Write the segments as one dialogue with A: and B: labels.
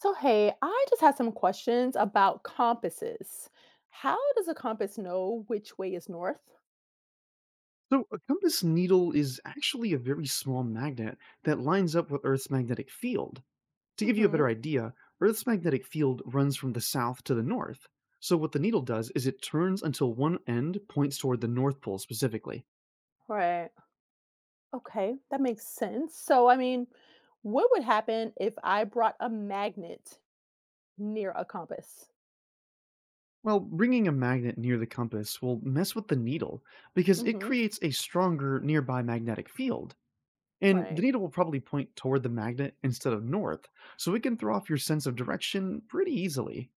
A: So, hey, I just had some questions about compasses. How does a compass know which way is north?
B: So, a compass needle is actually a very small magnet that lines up with Earth's magnetic field. To give you a better
A: hmm
B: idea, Earth's magnetic field runs from the south to the north. So, what the needle does is it turns until one end points toward the North Pole specifically.
A: Right. Okay, that makes sense. So, I mean, what would happen if I brought a magnet near a compass?
B: Well, bringing a magnet near the compass will mess with the needle because it
A: hmm
B: creates a stronger nearby magnetic field. And the
A: Right.
B: needle will probably point toward the magnet instead of north, so it can throw off your sense of direction pretty easily.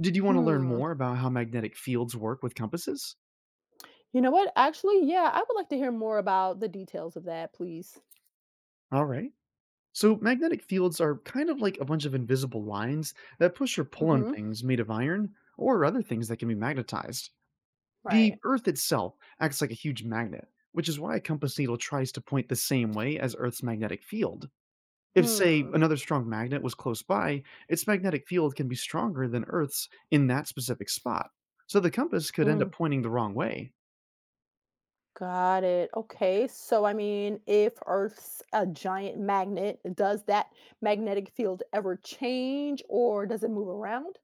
B: Did you want to learn
A: Hmm.
B: more about how magnetic fields work with compasses?
A: You know what? Actually, yeah, I would like to hear more about the details of that, please.
B: All right. So, magnetic fields are kind of like a bunch of invisible lines that push or pull on
A: hmm
B: things made of iron or other things that can be magnetized. The
A: Right.
B: Earth itself acts like a huge magnet, which is why a compass needle tries to point the same way as Earth's magnetic field. If, say,
A: Hmm.
B: another strong magnet was close by, its magnetic field can be stronger than Earth's in that specific spot. So, the compass could end up pointing the wrong way.
A: Got it. Okay. So, I mean, if Earth's a giant magnet, does that magnetic field ever change or does it move around?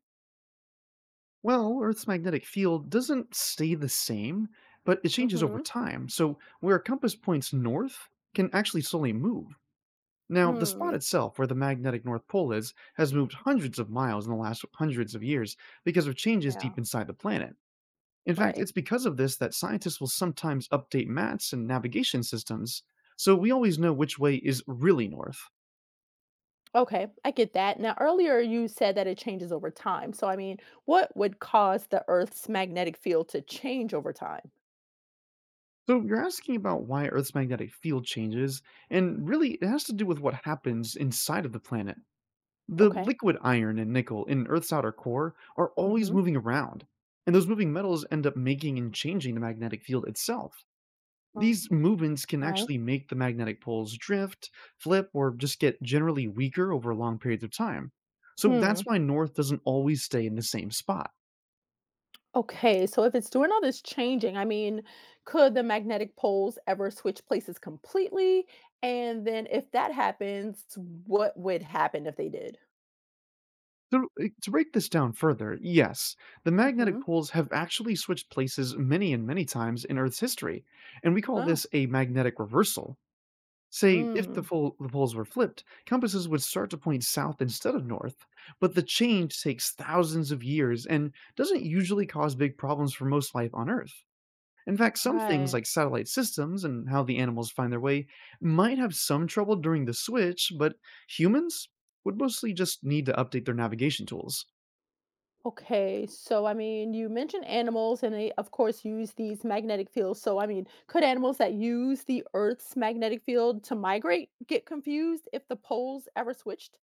B: Well, Earth's magnetic field doesn't stay the same, but it changes over
A: Mm-hmm.
B: time. So, where a compass points north can actually slowly move. Now, the
A: Hmm.
B: spot itself, where the magnetic North Pole is, has moved hundreds of miles in the last hundreds of years because of changes
A: Yeah.
B: deep inside the planet. In fact,
A: Right.
B: it's because of this that scientists will sometimes update maps and navigation systems, so we always know which way is really north.
A: Okay. I get that. Now, earlier you said that it changes over time. So, I mean, what would cause the Earth's magnetic field to change over time?
B: So, you're asking about why Earth's magnetic field changes, and really, it has to do with what happens inside of the planet. The
A: Okay.
B: liquid iron and nickel in Earth's outer core are always
A: Mm-hmm.
B: moving around, and those moving metals end up making and changing the magnetic field itself. These movements can
A: Right.
B: actually make the magnetic poles drift, flip, or just get generally weaker over long periods of time. So
A: Hmm.
B: that's why north doesn't always stay in the same spot.
A: Okay, so if it's doing all this changing, I mean, could the magnetic poles ever switch places completely? And then if that happens, what would happen if they did?
B: So, to break this down further, yes, the magnetic
A: hmm
B: poles have actually switched places many and many times in Earth's history, and we call
A: Oh,
B: this a magnetic reversal. Say, if
A: hmm,
B: the poles were flipped, compasses would start to point south instead of north, but the change takes thousands of years and doesn't usually cause big problems for most life on Earth. In fact, some things
A: right.
B: like satellite systems and how the animals find their way might have some trouble during the switch, but humans would mostly just need to update their navigation tools.
A: Okay, so I mean, you mentioned animals, and they, of course, use these magnetic fields. So, I mean, could animals that use the Earth's magnetic field to migrate get confused if the poles ever switched?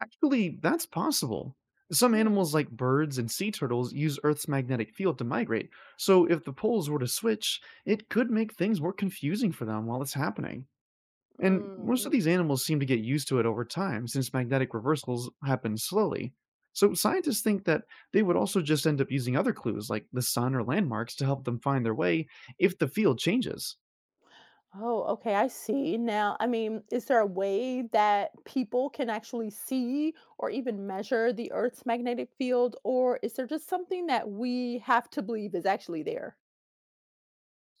B: Actually, that's possible. Some
A: Hmm.
B: animals, like birds and sea turtles, use Earth's magnetic field to migrate, so if the poles were to switch, it could make things more confusing for them while it's happening. And most of
A: Mm.
B: these animals seem to get used to it over time, since magnetic reversals happen slowly. So scientists think that they would also just end up using other clues, like the sun or landmarks, to help them find their way if the field changes.
A: Oh, okay, I see. Now, I mean, is there a way that people can actually see or even measure the Earth's magnetic field, or is there just something that we have to believe is actually there?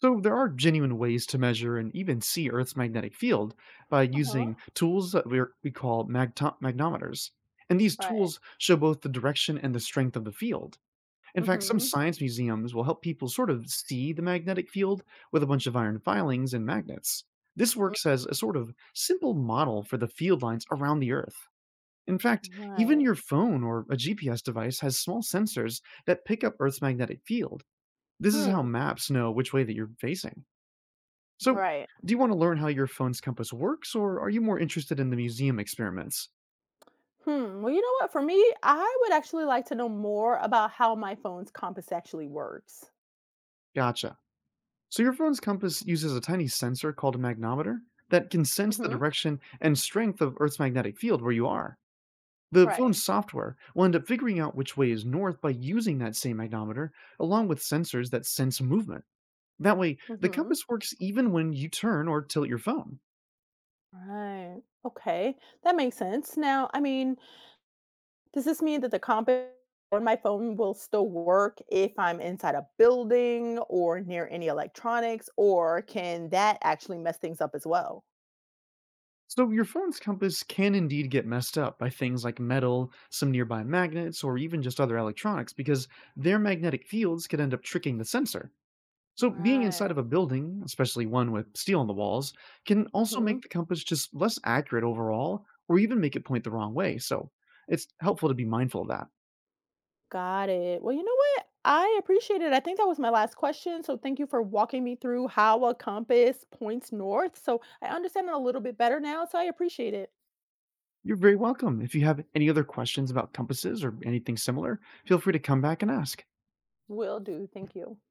B: So, there are genuine ways to measure and even see Earth's magnetic field by
A: Uh huh.
B: using tools that we call magnometers. And these
A: Right.
B: tools show both the direction and the strength of the field. In fact, some
A: Mm-hmm.
B: science museums will help people sort of see the magnetic field with a bunch of iron filings and magnets. This works as a sort of simple model for the field lines around the Earth. In fact, even
A: Right.
B: your phone or a GPS device has small sensors that pick up Earth's magnetic field. This is how
A: Hmm.
B: maps know which way that you're facing. So,
A: Right.
B: do you want to learn how your phone's compass works, or are you more interested in the museum experiments?
A: Hmm. Well, you know what? For me, I would actually like to know more about how my phone's compass actually works.
B: Gotcha. So, your phone's compass uses a tiny sensor called a magnometer that can sense the
A: Mm-hmm.
B: direction and strength of Earth's magnetic field where you are. The
A: Right.
B: phone's software will end up figuring out which way is north by using that same magnometer, along with sensors that sense movement. That way, the
A: Mm-hmm.
B: compass works even when you turn or tilt your phone.
A: Right. Okay. That makes sense. Now, I mean, does this mean that the compass on my phone will still work if I'm inside a building or near any electronics, or can that actually mess things up as well?
B: So, your phone's compass can indeed get messed up by things like metal, some nearby magnets, or even just other electronics because their magnetic fields could end up tricking the sensor. So, being inside
A: Right.
B: of a building, especially one with steel on the walls, can also
A: Mm-hmm.
B: make the compass just less accurate overall or even make it point the wrong way. So, it's helpful to be mindful of that.
A: Got it. Well, you know what? I appreciate it. I think that was my last question. So thank you for walking me through how a compass points north. So I understand it a little bit better now. So I appreciate it.
B: You're very welcome. If you have any other questions about compasses or anything similar, feel free to come back and ask.
A: Will do. Thank you.